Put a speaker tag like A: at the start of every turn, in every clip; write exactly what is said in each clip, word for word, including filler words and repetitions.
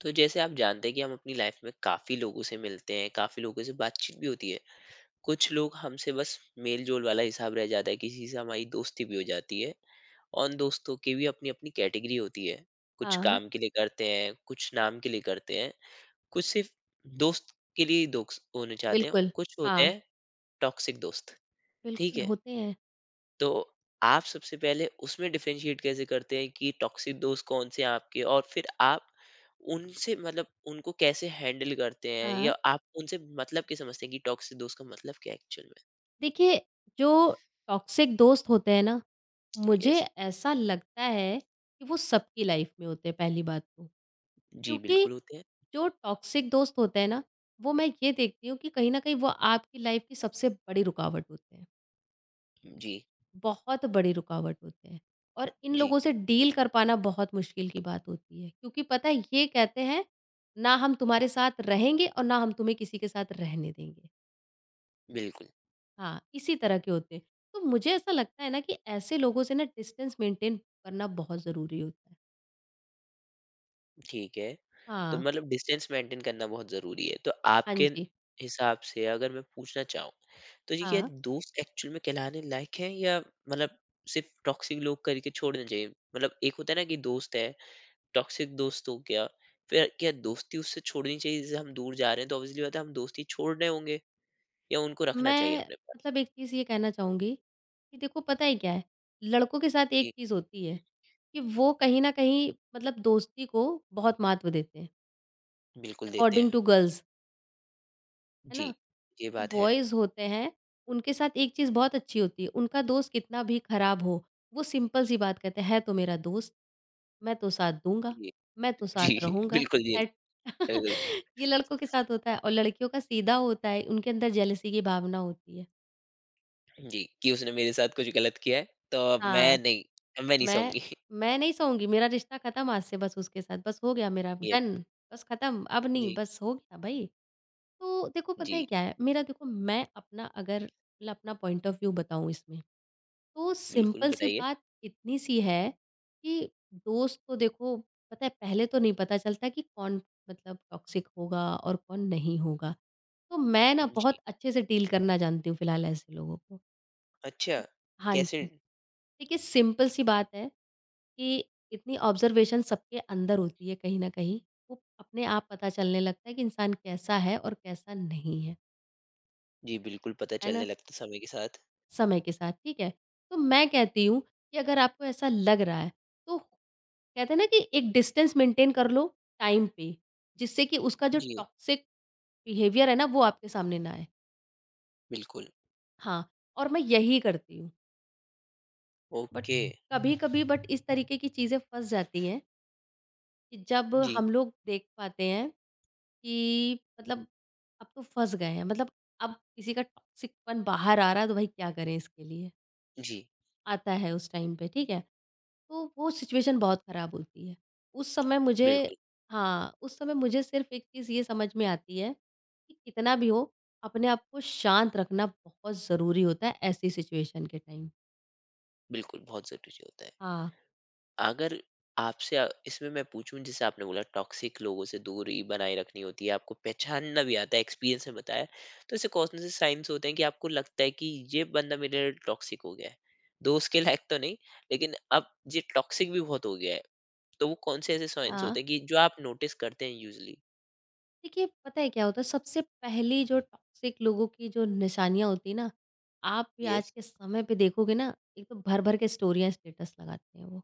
A: तो जैसे आप जानते हैं कि हम अपनी लाइफ में काफी लोगों से मिलते हैं, काफी लोगों से बातचीत भी होती है। कुछ लोग हमसे बस मेल जोल वाला हिसाब रह जाता है, किसी से हमारी दोस्ती भी हो जाती है। और उन दोस्तों की भी अपनी अपनी कैटेगरी होती है। कुछ
B: हाँ,
A: काम के लिए करते हैं, कुछ नाम के लिए करते हैं, कुछ सिर्फ दोस्त के लिए ही दोस्त होने चाहते हैं,
B: बिल्कुल।
A: कुछ होते
B: हाँ,
A: हैं टॉक्सिक दोस्त। ठीक
B: बिल्कुल
A: है,
B: होते हैं।
A: तो आप सबसे पहले उसमें डिफरेंशिएट कैसे करते हैं कि टॉक्सिक दोस्त कौन से हैं आपके, और फिर आप उनसे मतलब उनको कैसे हैंडल करते हैं, या
B: हाँ।
A: आप उनसे मतलब क्या समझते हैं कि टॉक्सिक दोस्त का मतलब क्या है एक्चुअल
B: देखिए, जो टॉक्सिक दोस्त होते हैं ना,
A: में।
B: मुझे
A: यस।
B: ऐसा लगता है कि वो सबकी लाइफ़ में होते हैं पहली बात तो।
A: जी,
B: क्योंकि
A: बिल्कुल होते हैं।
B: जो टॉक्सिक दोस्त होते हैं ना, वो मैं ये देखती हूँ कि कहीं न कहीं वो आपकी लाइफ़ की सबसे बड़ी रुकावट होते हैं।
A: जी,
B: बहुत बड़ी रुकावट होते हैं और इन
A: जी,
B: लोगों से डील कर पाना बहुत मुश्किल की बात होती है। क्योंकि पता है ये कहते हैं, ना हम तुम्हारे साथ रहेंगे और ना हम तुम्हें किसी के साथ रहने देंगे।
A: बिल्कुल।
B: हाँ, इसी तरह के होते हैं। तो मुझे ऐसा लगता है ना कि ऐसे लोगों से ना डिस्टेंस मेंटेन करना बहुत ज़रूरी होता है।
A: ठीक है, तो
B: हाँ,
A: मतलब डिस्टेंस मेंटेन करना बहुत जरूरी है, तो
B: हाँ
A: आपके
B: जी,
A: हिसाब से अगर मैं पूछना चाहूँ, तो जी, क्या
B: हाँ।
A: दोस्त एक्चुअल में कहलाने लायक हैं, या मतलब सिर्फ टॉक्सिक लोग करके छोड़ना चाहिए? मतलब एक होता है ना कि दोस्त है, टॉक्सिक दोस्त हो गया, फिर क्या दोस्ती उससे छोड़नी चाहिए? जैसे हम दूर जा रहे हैं तो ऑब्वियसली बात है हम दोस्ती छोड़ रहे होंगे, या उनको रखना चाहिए
B: मैं
A: अपने पास।
B: मतलब एक चीज़ ये कहना चाहूँगी कि देखो पता है क्या है, लड़कों के साथ एक
A: जी,
B: चीज़ होती है कि वो कहीं न कहीं मतलब दोस्ती को बहुत महत्व देते हैं
A: बिल्कुल देते हैं।
B: अकॉर्डिंग टू गर्ल्स, है
A: जी,
B: ना?
A: ये
B: जो
A: बात है।
B: बॉयज़ होते हैं, उनके साथ एक चीज़ बहुत अच्छी होती है, उनका दोस्त कितना भी खराब हो, वो सिंपल सी बात कहते हैं, "है तो मेरा दोस्त।" मैं तो साथ दूँगा,
A: जी,
B: मैं तो
A: जी,
B: साथ रहूँगा,
A: बिल्कुल जी।
B: हैट
A: बिल्कुल।
B: ये लड़कों के साथ होता है और लड़कियों का सीधा होता है, उनके अंदर जेलसी की भावना होती है।
A: जी, कि उसने मेरे साथ कुछ गलत किया है तो अब मैं
B: हाँ,
A: नहीं अब मैं नहीं
B: मैं
A: सहूँगी।
B: मैं नहीं सहूँगी, मेरा रिश्ता खत्म आज से बस उसके साथ, बस हो गया मेरा
A: ये
B: डन, बस खत्म, अब नहीं,
A: जी,
B: बस हो गया भई। तो देखो पता है
A: जी,
B: क्या है, मेरा देखो मैं अपना अगर मतलब अपना पॉइंट ऑफ व्यू बताऊँ इसमें तो
A: बिल्कुल
B: सिंपल सी
A: बताइए?
B: बात इतनी सी है कि दोस्त तो देखो पता है पहले तो नहीं पता चलता कि कौन मतलब टॉक्सिक होगा और कौन नहीं होगा। तो मैं ना
A: जी,
B: बहुत अच्छे से डील करना जानती हूँ फिलहाल ऐसे लोगों को।
A: अच्छा,
B: हाँ
A: कैसे?
B: जी, देखिए सिंपल सी बात है कि इतनी ऑब्ज़र्वेशन सबके अंदर होती है कहीं न कहीं। वो अपने आप पता चलने लगता है कि इंसान कैसा है और कैसा नहीं है,
A: जी, बिल्कुल पता
B: है
A: चलने
B: ना?
A: लगता समय के साथ।
B: समय के साथ, ठीक है? तो मैं कहती हूँ कि अगर आपको ऐसा लग रहा है तो कहते हैं ना कि एक डिस्टेंस मेंटेन कर लो टाइम पे, जिससे कि उसका जो
A: जी,
B: टॉक्सिक बिहेवियर है ना वो आपके सामने ना आए।
A: बिल्कुल।
B: हाँ, और मैं यही करती हूँ। But
A: okay.
B: कभी-कभी बट इस तरीके की चीज़ें फँस जाती हैं कि जब
A: जी,
B: हम लोग देख पाते हैं कि मतलब अब तो फँस गए हैं, मतलब अब किसी का टॉक्सिकपन बाहर आ रहा है तो भाई क्या करें इसके लिए?
A: जी,
B: आता है उस टाइम पे, ठीक है। तो वो सिचुएशन बहुत ख़राब होती है। उस समय मुझे
A: बिल्कुल।
B: हाँ, उस समय मुझे सिर्फ़ एक चीज़ ये समझ में आती है कि कितना भी हो, अपने आप को शांत रखना बहुत ज़रूरी होता है ऐसी सिचुएशन के टाइम।
A: बिल्कुल बहुत ज़रूरी होता है।
B: हाँ।
A: अगर आपसे अ, इसमें मैं पूछूँ, जैसे आपने बोला टॉक्सिक लोगों से दूरी बनाए रखनी होती है, आपको पहचानना भी आता है, एक्सपीरियंस में बताया। तो ऐसे कौन से साइन्स होते हैं कि आपको लगता है कि ये बंदा मेरे लिए टॉक्सिक हो गया है? दोस्त के लायक तो नहीं, लेकिन अब ये टॉक्सिक भी बहुत हो गया है। तो वो कौन से ऐसे साइन्स
B: हाँ,
A: होते हैं कि जो आप नोटिस करते हैं यूजुअली?
B: देखिए पता है क्या होता है सबसे पहली जो टॉक्सिक लोगों की जो निशानियाँ होती हैं ना, आप भी आज
A: यस,
B: के समय पे देखोगे ना, एक तो भर-भर के स्टोरियाँ स्टेटस लगाते हैं वो।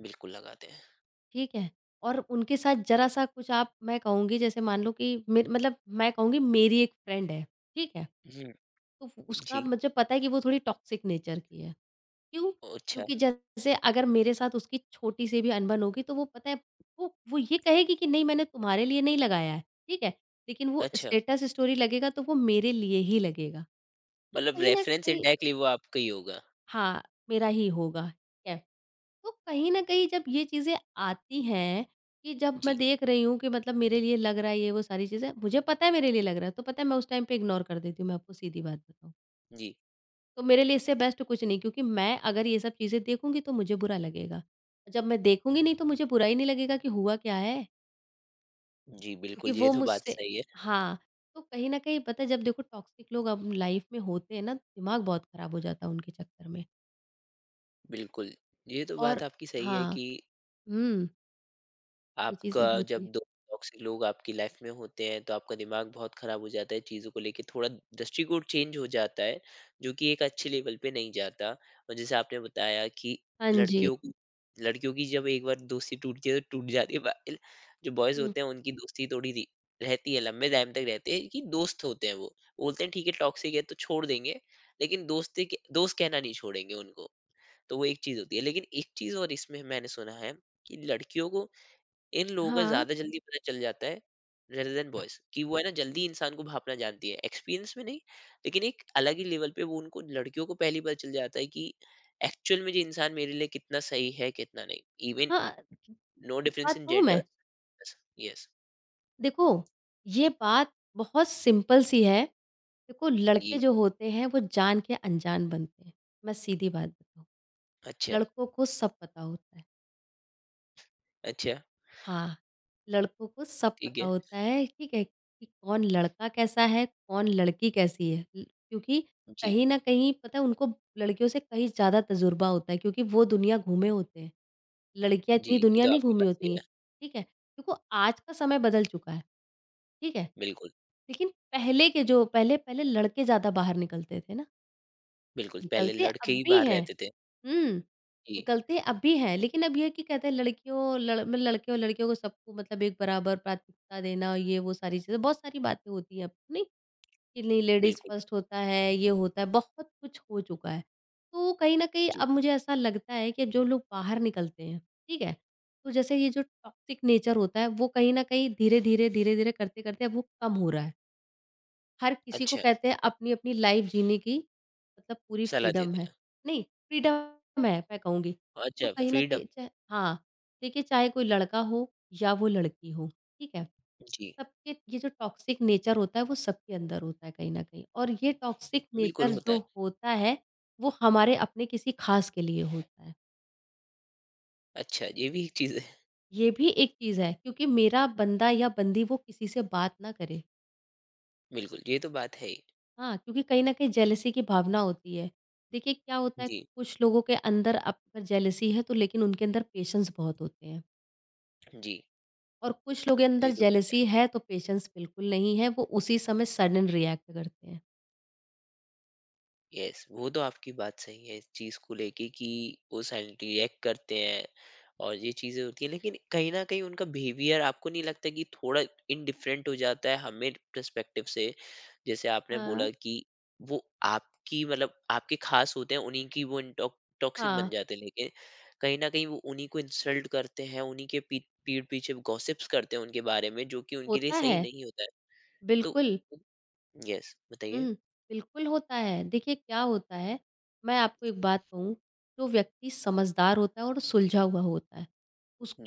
A: बिल्कुल लगाते हैं।
B: ठीक है? और उनके साथ ज़रा-सा कुछ आप मैं कहूँगी जैसे मान लो कि मे मतलब मैं कहूँगी मेरी एक फ्रेंड है, ठीक है?
A: हुँ,
B: तो वो- उसका
A: जी।
B: मुझे पता है कि वो थोड़ी टॉक्सिक नेचर की है। क्यों?
A: ओह, अच्छा,
B: क्योंकि जैसे अगर मेरे साथ उसकी छोटी-सी भी अनबन होगी तो वो पता है वो वो ये कहेगी कि नहीं मैंने तुम्हारे लिए नहीं लगाया है, ठीक है? लेकिन वो
A: अच्छा।
B: स्टेटस स्टोरी लगेगा तो वो मेरे लिए ही लगेगा। तो
A: मतलब
B: कहीं न
A: रेफरेंस
B: कहीं
A: इनडायरेक्टली वो आपका ही होगा।
B: हाँ, मेरा ही होगा, ठीक है? तो कहीं ना कहीं जब ये चीज़ें आती हैं कि जब मैं
A: जी,
B: देख रही हूँ कि मतलब मेरे लिए लग रहा है ये वो सारी चीज़ें मुझे पता है मेरे लिए लग रहा है तो पता है मैं उस टाइम पे इग्नोर कर देती हूँ, मैं आपको सीधी बात बताऊँ।
A: जी।
B: तो मेरे लिए इससे बेस्ट कुछ नहीं, क्योंकि मैं अगर ये सब चीज़ें देखूंगी तो मुझे बुरा लगेगा, जब मैं देखूंगी नहीं तो मुझे बुरा ही नहीं लगेगा कि हुआ क्या है,
A: जी, बिल्कुल
B: क्योंकि
A: ये
B: वो
A: तो बात
B: मुझसे
A: सही है।
B: हाँ। तो कहीं ना कहीं पता है जब देखो टॉक्सिक लोग अब लाइफ में होते हैं ना दिमाग बहुत खराब हो जाता है उनके चक्कर में
A: बिल्कुल, ये तो बात
B: और
A: आपकी सही है
B: हाँ,
A: कि
B: हम्म, ये
A: आपका
B: चीज़ें
A: जब
B: होती हैं।
A: दो टॉक्सिक लोग आपकी लाइफ में होते हैं, तो आपका दिमाग बहुत खराब हो जाता है चीज़ों को लेके, थोड़ा दृष्टिकोण चेंज हो जाता है, जो कि एक अच्छे लेवल पे नहीं जाता। और जैसे आपने बताया कि
B: हाँ जी,
A: लड़कियों को लड़कियों की जब एक बार दोस्ती टूटती है, तो टूट जाती है। बाकिल जो बॉयज़ होते हैं, उनकी दोस्ती थोड़ी री रहती है, लंबे टाइम तक रहती है कि दोस्त होते हैं वो। बोलते हैं, "ठीक है, टॉक्सिक है, तो छोड़ देंगे।" लेकिन दोस्ती के दोस्त कहना नहीं छोड़ेंगे उनको। तो वो एक चीज़ होती है। लेकिन एक चीज़ और इसमें मैंने सुना है कि लड़कियों को इन लोगों का
B: हाँ,
A: ज़्यादा जल्दी पता चल जाता है रेदर देन बॉयज़, कि वो है ना जल्दी इंसान को भापना जानती है। एक्सपीरियंस में नहीं, लेकिन एक अलग ही लेवल पे वो उनको, लड़कियों को, पहले ही पता चल जाता है कि एक्चुअल में ये इंसान मेरे लिए कितना सही है, कितना नहीं। इवन
B: हाँ।
A: नो डिफरेंस
B: बात
A: इन
B: कहूँ
A: जेंडर।
B: मैं?
A: Yes, yes.
B: देखो, ये बात बहुत सिंपल सी है। देखो लड़के
A: जी।
B: जो होते हैं वो जान के अनजान बनते हैं। मैं सीधी बात बताऊँ,
A: अच्छा,
B: लड़कों को सब पता होता है।
A: अच्छा,
B: हाँ, लड़कों को सब
A: ठीक
B: पता
A: है।
B: होता है, ठीक है? कि कौन लड़का कैसा है, कौन लड़की कैसी है। ल क्योंकि
A: जी,
B: कहीं न कहीं पता है उनको लड़कियों से कहीं ज़्यादा तजुर्बा होता है क्योंकि वो दुनिया घूमे होते हैं। लड़कियाँ
A: जी,
B: इतनी
A: ये
B: दुनिया
A: तो
B: नहीं
A: आपकी
B: घूमी
A: बात
B: होती
A: सही
B: हैं,
A: है।
B: ठीक है? देखो आज का समय बदल चुका है, ठीक है?
A: बिल्कुल,
B: लेकिन पहले के जो पहले पहले लड़के ज़्यादा बाहर निकलते थे ना,
A: बिल्कुल। पहले
B: निकलते
A: लड़के
B: अब
A: ही
B: भी
A: बाहर
B: हैं।
A: रहते थे।
B: हुँ,
A: जी,
B: निकलते अब भी हैं लेकिन अब ये है कि कहते हैं लड़कियों लड़ मतलब लड़के और लड़कियों को सबको मतलब एक बराबर प्राथमिकता देना ये वो सारी चीज़ें, बहुत सारी बातें होती हैं अब नहीं कि नहीं लेडीज़
A: बिल्कुल।
B: फर्स्ट होता है, ये होता है, बहुत कुछ हो चुका है। तो कहीं न कहीं
A: जी,
B: अब मुझे ऐसा लगता है कि जो लोग बाहर निकलते हैं, ठीक है? तो जैसे ये जो टॉक्सिक नेचर होता है वो कहीं न कहीं धीरे-धीरे, धीरे-धीरे करते-करते अब वो कम हो रहा है। हर किसी को
A: अच्छा।
B: कहते हैं अपनी-अपनी लाइफ़ जीने की, मतलब पूरी
A: सलाह
B: फ्रीडम
A: देते
B: है।
A: हैं।
B: नहीं, फ्रीडम है मैं कहूँगी। तो
A: अच्छा,
B: कहीं न
A: फ्रीडम।
B: कहीं चाहे हाँ, देखिए चाहे कोई लड़का हो या वो लड़की हो, ठीक है?
A: जी,
B: सबके ये जो टॉक्सिक नेचर होता है वो सबके अंदर होता है कहीं न कहीं और ये टॉक्सिक
A: बिल्कुल
B: नेचर
A: होता है।
B: जो होता है, वो हमारे अपने किसी ख़ास के लिए होता है।
A: अच्छा, ये भी एक चीज़ है।
B: ये भी एक चीज़ है क्योंकि मेरा बंदा या बंदी वो किसी से बात ना करे।
A: बिल्कुल, ये तो बात है ही।
B: हाँ, क्योंकि कहीं न कहीं जेलसी की भावना होती है। देखिए क्या होता है
A: जी,
B: कुछ लोगों के अंदर अब अगर जेलसी है तो लेकिन उनके अंदर पेशेंस बहुत होते हैं
A: जी,
B: और कुछ लोगों के
A: ये
B: अंदर
A: तो बात है।
B: जेलसी है तो पेशेंस बिल्कुल नहीं है, वो उसी समय सडन रिएक्ट करते हैं।
A: यस, वो तो आपकी बात सही है इस चीज को लेके कि वो साइलेंटली रिएक्ट करते हैं, और ये चीजें होती है, लेकिन कहीं ना कहीं उनका बिहेवियर आपको नहीं लगता कि थोड़ा इनडिफरेंट हो जाता है हमें पर्सपेक्टिव से? जैसे आपने बोला
B: हाँ,
A: कि वो आपकी मतलब आपके खास होते हैं, उन्हीं की वो टॉक्सिक बन
B: हाँ,
A: जाते हैं, लेकिन कहीं ना कहीं वो उन्हीं को इंसल्ट करते हैं, उन्हीं के पीठ पीठ पीछे गॉसिप्स करते हैं उनके बारे में, जो कि उनके लिए
B: होता
A: सही
B: है,
A: नहीं होता है। तो
B: बिल्कुल।
A: यस बताइए।
B: हुँ, बिल्कुल होता है। देखिए क्या होता है, मैं आपको एक बात कहूँ, जो व्यक्ति समझदार होता है और सुलझा हुआ होता है,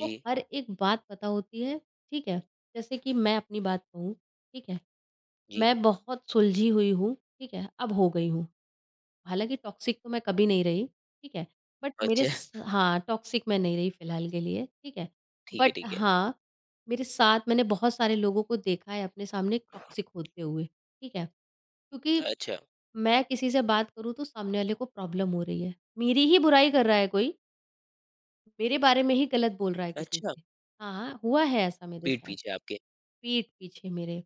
A: जी,
B: हर एक बात पता होती है, ठीक है? जैसे कि मैं अपनी बात कहूँ, ठीक है?
A: जी,
B: मैं बहुत सुलझी हुई हूँ, ठीक है? अब हो गई हूँ। हालाँकि टॉक्सिक तो मैं कभी नहीं रही, ठीक है? बट मेरे
A: अच्छा,
B: स हाँ, टॉक्सिक मैं नहीं रही फ़िलहाल के लिए, ठीक है?
A: ठीक है,
B: बट
A: ठीक है।
B: हाँ, मेरे साथ मैंने बहुत सारे लोगों को देखा है अपने सामने टॉक्सिक होते हुए, ठीक है? क्योंकि
A: अच्छा,
B: मैं किसी से बात करूँ तो सामने वाले को प्रॉब्लम हो रही है। मेरी ही बुराई कर रहा है कोई, मेरे बारे में ही गलत बोल रहा है किसी
A: अच्छा,
B: से। हाँ, हाँ, हुआ है ऐसा मेरे
A: पीठ
B: साथ,
A: पीछे आपके।
B: पीठ पीछे मेरे।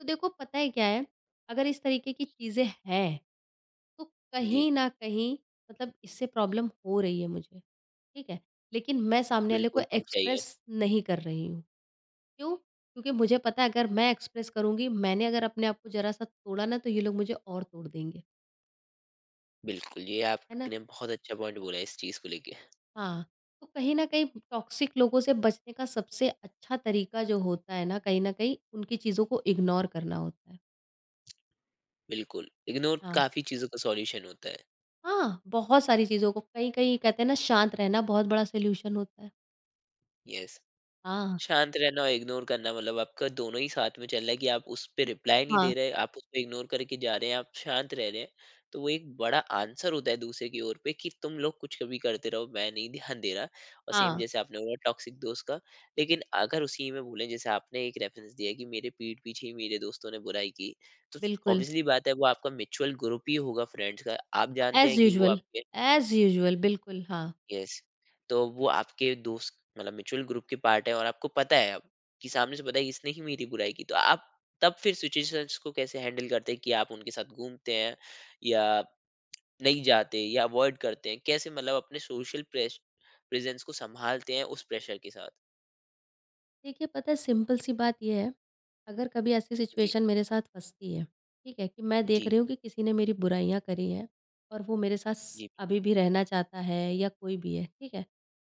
B: तो देखो पता है क्या है, अगर इस तरीके की चीज़ें हैं, तो
A: जी,
B: कहीं न कहीं मतलब इससे प्रॉब्लम हो रही है मुझे, ठीक है? लेकिन मैं सामने वाले को
A: बिल्कुल होनी चाहिए।
B: एक्सप्रेस नहीं कर रही हूँ। क्यों? क्योंकि मुझे पता है अगर मैं एक्सप्रेस करूँगी, मैंने अगर अपने आप को ज़रा-सा तोड़ा ना तो ये लोग मुझे और तोड़ देंगे,
A: बिल्कुल, ये
B: है ना?
A: आपने बहुत अच्छा पॉइंट बोला है इस चीज़ को लेके।
B: हाँ, तो कहीं न कहीं टॉक्सिक लोगों से बचने का सबसे अच्छा तरीका जो होता है ना, कहीं न कहीं उनकी चीज़ों को इग्नोर करना होता है।
A: बिल्कुल, लेकिन और
B: हाँ।
A: काफ़ी चीज़ों का सॉल्यूशन होता है।
B: हाँ, बहुत सारी चीज़ों को कहीं-कहीं कहते हैं ना शांत रहना बहुत बड़ा सॉल्यूशन होता है।
A: यस।
B: हाँ,
A: शांत रहना और इग्नोर करना, मतलब आपका दोनों ही साथ में चल रहा है कि आप उस पे रिप्लाई नहीं
B: हाँ,
A: दे रहे, आप उसको इग्नोर करके जा रहे हैं, आप शांत रह रहे हैं। तो वो एक बड़ा आंसर होता है दूसरे की ओर पे कि तुम लोग कुछ कभी करते रहो, मैं नहीं ध्यान दे रहा। और सेम
B: हाँ,
A: जैसे आपने बोला टॉक्सिक दोस्त का, लेकिन अगर उसी में भूलें जैसे आपने एक रेफरेंस दिया कि मेरे पीठ पीछे ही मेरे दोस्तों ने बुराई की, तो
B: बिल्कुल।
A: ऑब्वियसली बात है वो आपका म्यूचुअल ग्रुप ही होगा फ्रेंड्स का। आप जानते हैं
B: एज़
A: कि वो
B: यूजुअल
A: आपके।
B: एज़ यूजुअल बिल्कुल, हाँ।
A: यस। तो वो आपके दोस्त मतलब म्यूचुअल ग्रुप के पार्ट है, और आपको पता है अब कि सामने से पता है कि इसने ही मेरी बुराई की, तो आप तब फिर सिचुएशंस को कैसे हैंडल करते हैं कि आप उनके साथ घूमते हैं, या नहीं जाते, या अवॉइड करते हैं? कैसे मतलब अपने सोशल प्रेश प्रेज़ेंस को सँभालते हैं उस प्रेशर के साथ?
B: देखिए, पता है सिंपल सी बात ये है, अगर कभी ऐसी
A: जी,
B: सिचुएशन मेरे साथ फँसती है, ठीक है? कि मैं देख
A: जी,
B: रही हूँ कि किसी ने मेरी बुराइयाँ करी हैं और वो मेरे साथ स
A: जी, बिल्कुल।
B: अभी भी रहना चाहता है या कोई भी है, ठीक है?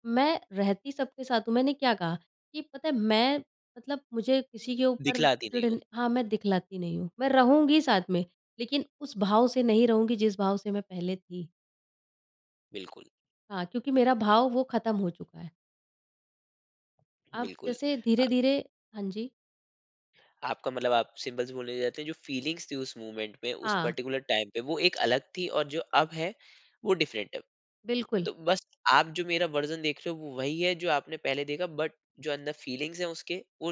B: मैं रहती सबके साथ हूँ, मैंने क्या कहा कि पता है मैं मतलब मुझे किसी के ऊपर
A: दिखलाती नहीं हो।
B: चिढ़न हाँ, मैं दिखलाती नहीं हूँ। मैं रहूँगी साथ
A: जी,
B: में, लेकिन उस भाव से नहीं रहूँगी जिस भाव से मैं पहले थी।
A: बिल्कुल,
B: हाँ, क्योंकि मेरा भाव वो ख़त्म हो चुका है। अब
A: बिल्कुल।
B: जैसे
A: अ,
B: धीरे-धीरे हाँ जी।
A: आपका मतलब आप सिंबल्स बोलने जाते हैं जो फीलिंग्स थी उस मोमेंट में, उस
B: हाँ,
A: पर्टिकुलर टाइम पे वो एक अलग थी, और जो अब है वो डिफरेंट है।
B: बिल्कुल।
A: तो बस आप जो मेरा वर्ज़न देख रहे हो वो वही है जो आपने पहले देखा, बट जो अंदर फीलिंग्स हैं उसके वो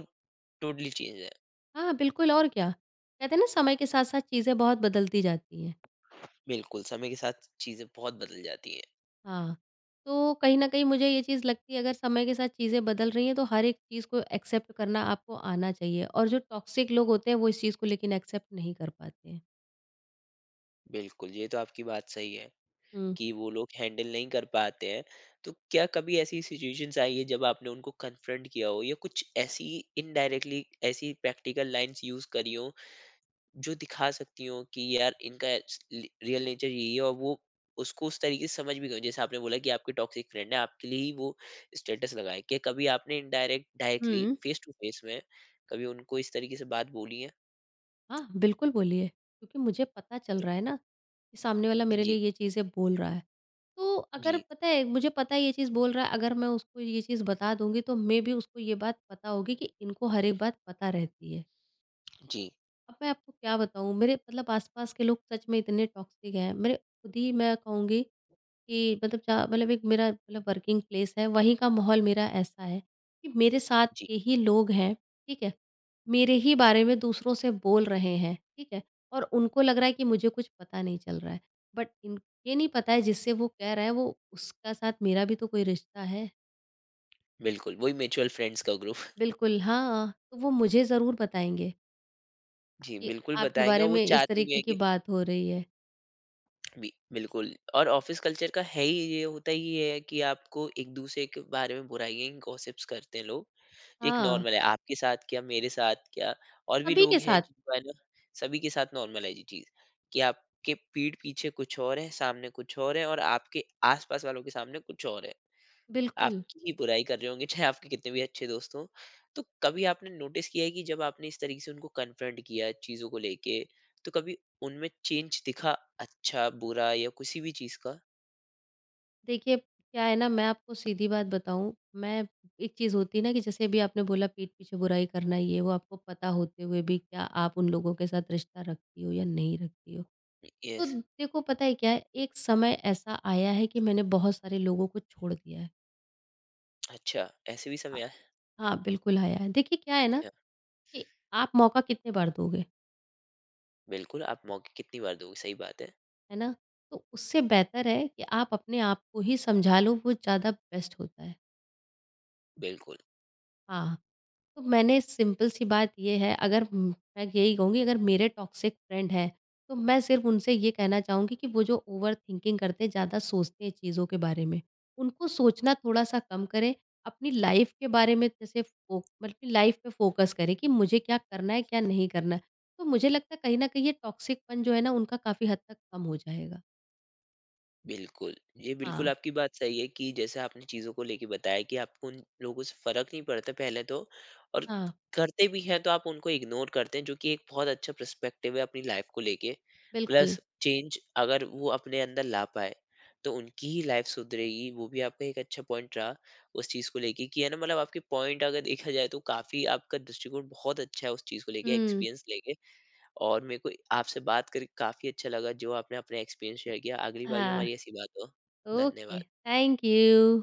A: टोटली चेंज है।
B: हाँ, बिल्कुल और क्या। कहते हैं ना समय के साथ-साथ चीज़ें बहुत बदलती जाती हैं।
A: बिल्कुल, समय के साथ चीज़ें बहुत बदल जाती हैं।
B: हाँ, तो कहीं न कहीं मुझे ये चीज़ लगती है अगर समय के साथ चीज़ें बदल रही हैं तो हर एक चीज़ को एक्सेप्ट करना आपको आना चाहिए और जो टॉक्सिक लोग होते हैं वो इस चीज़ को लेकिन एक्सेप्ट नहीं कर पाते हैं।
A: बिल्कुल, ये तो आपकी बात सही है
B: हुँ।
A: कि वो लोग हैंडल नहीं कर पाते हैं। तो क्या कभी ऐसी सिचुएशंस आई है जब आपने उनको कन्फ्रंट किया हो, या कुछ ऐसी इनडायरेक्टली ऐसी प्रैक्टिकल लाइन्स यूज़ करी हो जो दिखा सकती हो कि यार इनका रियल नेचर यही है, और वो उसको उस तरीके से समझ भी गए? जैसे आपने बोला कि आपकी टॉक्सिक फ्रेंड है आपके लिए ही वो स्टेटस लगाए, क्या कभी आपने इनडायरेक्ट डायरेक्टली
B: हुँ।
A: फेस टू फेस में कभी उनको इस तरीके से बात बोली है?
B: हाँ, बिल्कुल बोलिए, क्योंकि मुझे पता चल रहा है ना कि सामने वाला मेरे
A: जी,
B: लिए ये चीज़ें बोल रहा है। तो अगर
A: जी,
B: पता है मुझे पता है ये चीज़ बोल रहा है अगर मैं उसको ये चीज़ बता दूँगी तो मे बी उसको ये बात पता होगी कि इनको हर एक बात पता रहती है।
A: जी,
B: अब मैं आपको क्या बताऊँ मेरे मतलब आस-पास के लोग सच में इतने टॉक्सिक हैं। मेरे खुद ही मैं कहूँगी कि मतलब चा मतलब एक मेरा मतलब वर्किंग प्लेस है, वहीं का माहौल मेरा ऐसा है कि मेरे साथ
A: जी,
B: के ही लोग हैं, ठीक है? मेरे ही बारे में दूसरों से बोल रहे हैं, ठीक है? और उनको लग रहा है कि मुझे कुछ पता नहीं चल रहा है। बट इन ये नहीं पता है जिससे वो कह रहा है वो उसका साथ मेरा भी तो कोई रिश्ता है।
A: बिल्कुल वही म्यूचुअल फ्रेंड्स का ग्रुप।
B: बिल्कुल, हाँ, तो वो मुझे ज़रूर बताएँगे
A: जी,
B: कि
A: बिल्कुल
B: आपके
A: बताएंगे,
B: बारे
A: और वो
B: में इस
A: चाहते भी
B: तरीके
A: हैं
B: की
A: कि
B: बात हो रही है।
A: बि- बिल्कुल, और ऑफिस कल्चर का है ही, ये होता ही ये है कि आपको एक दूसरे के बारे में बुराइयां गॉसिप्स करते हैं लोग। ये एक
B: हाँ।
A: नॉर्मल है, आपके साथ क्या, मेरे साथ क्या, और भी
B: सभी
A: लोग
B: के
A: हैं
B: साथ,
A: जिनको है ना, सभी के साथ नॉर्मल है ये चीज कि आपके पीठ पीछे कुछ और है, सामने कुछ और है, और आपके आसपास वालों के सामने कुछ और है।
B: बिल्कुल।
A: आपकी ही बुराई कर रहे होंगे, चाहे आपके कितने भी अच्छे दोस्त हों। तो कभी आपने नोटिस किया है कि जब आपने इस तरीके से उनको कन्फ्रंट किया चीज़ों को लेके, तो कभी उनमें चेंज दिखा, अच्छा, बुरा या किसी भी चीज़ का?
B: देखिए, क्या है ना, मैं आपको सीधी बात बताऊँ, मैं एक चीज़ होती है ना कि जैसे अभी आपने बोला पीठ पीछे बुराई करना, ये वो आपको पता होते हुए भी क्या आप उन लोगों के साथ रिश्ता रखती हो या नहीं रखती हो। तो
A: यस।
B: देखो पता है क्या है, एक समय ऐसा आया है कि मैंने बहुत सारे लोगों को छोड़ दिया है।
A: अच्छा, ऐसे भी समय
B: हाँ,
A: आया है?
B: हाँ, बिल्कुल आया है। देखिए क्या है ना
A: अच्छा,
B: कि आप मौका कितने बार दोगे,
A: बिल्कुल, आप मौके कितनी बार दोगे, सही बात है।
B: है ना? तो उससे बेहतर है कि आप अपने आप को ही समझा लो, वो ज़्यादा बेस्ट होता है।
A: बिल्कुल।
B: हाँ। तो मैंने सिंपल सी बात ये है अगर म मैं यही कहूँगी अगर मेरे टॉक्सिक फ्रेंड हैं, तो मैं सिर्फ़ उनसे ये कहना चाहूँगी कि वो जो ओवरथिंकिंग करते हैं, ज़्यादा सोचते हैं चीज़ों के बारे में, उनको सोचना थोड़ा-सा कम करें। अपनी लाइफ़ के बारे में जैसे फो मतलब कि लाइफ़ पे फ़ोकस करें कि मुझे क्या करना है, क्या नहीं करना है। तो मुझे लगता है कहीं न कहीं ये टॉक्सिकपन जो है ना उनका काफ़ी हद तक कम हो जाएगा।
A: बिल्कुल। ये
B: हाँ,
A: बिल्कुल आपकी बात सही है कि जैसे आपने चीज़ों को लेके बताया कि आपको उन लोगों से फ़र्क नहीं पड़ता पहले तो, और
B: हाँ,
A: करते भी हैं तो आप उनको इग्नोर करते हैं, जो कि एक बहुत अच्छा पर्सपेक्टिव है अपनी लाइफ़ को लेके।
B: बिल्कुल।
A: प्लस चेंज अगर वो अपने अंदर ला पाए, तो उनकी ही लाइफ़ सुधरेगी, वो भी आपका एक अच्छा पॉइंट रहा उस चीज़ को लेके कि है ना, मतलब आपके पॉइंट अगर देखा जाए, तो काफ़ी आपका दृष्टिकोण बहुत अच्छा है उस चीज़ को लेके,
B: हुँ,
A: एक्सपीरियंस लेके। और मेरे को आपसे बात करके काफ़ी अच्छा लगा जो आपने अपने एक्सपीरियंस शेयर किया। अगली बार भी
B: हाँ,
A: हमारी ऐसी बात हो।
B: ओके,
A: धन्यवाद।
B: Thank you.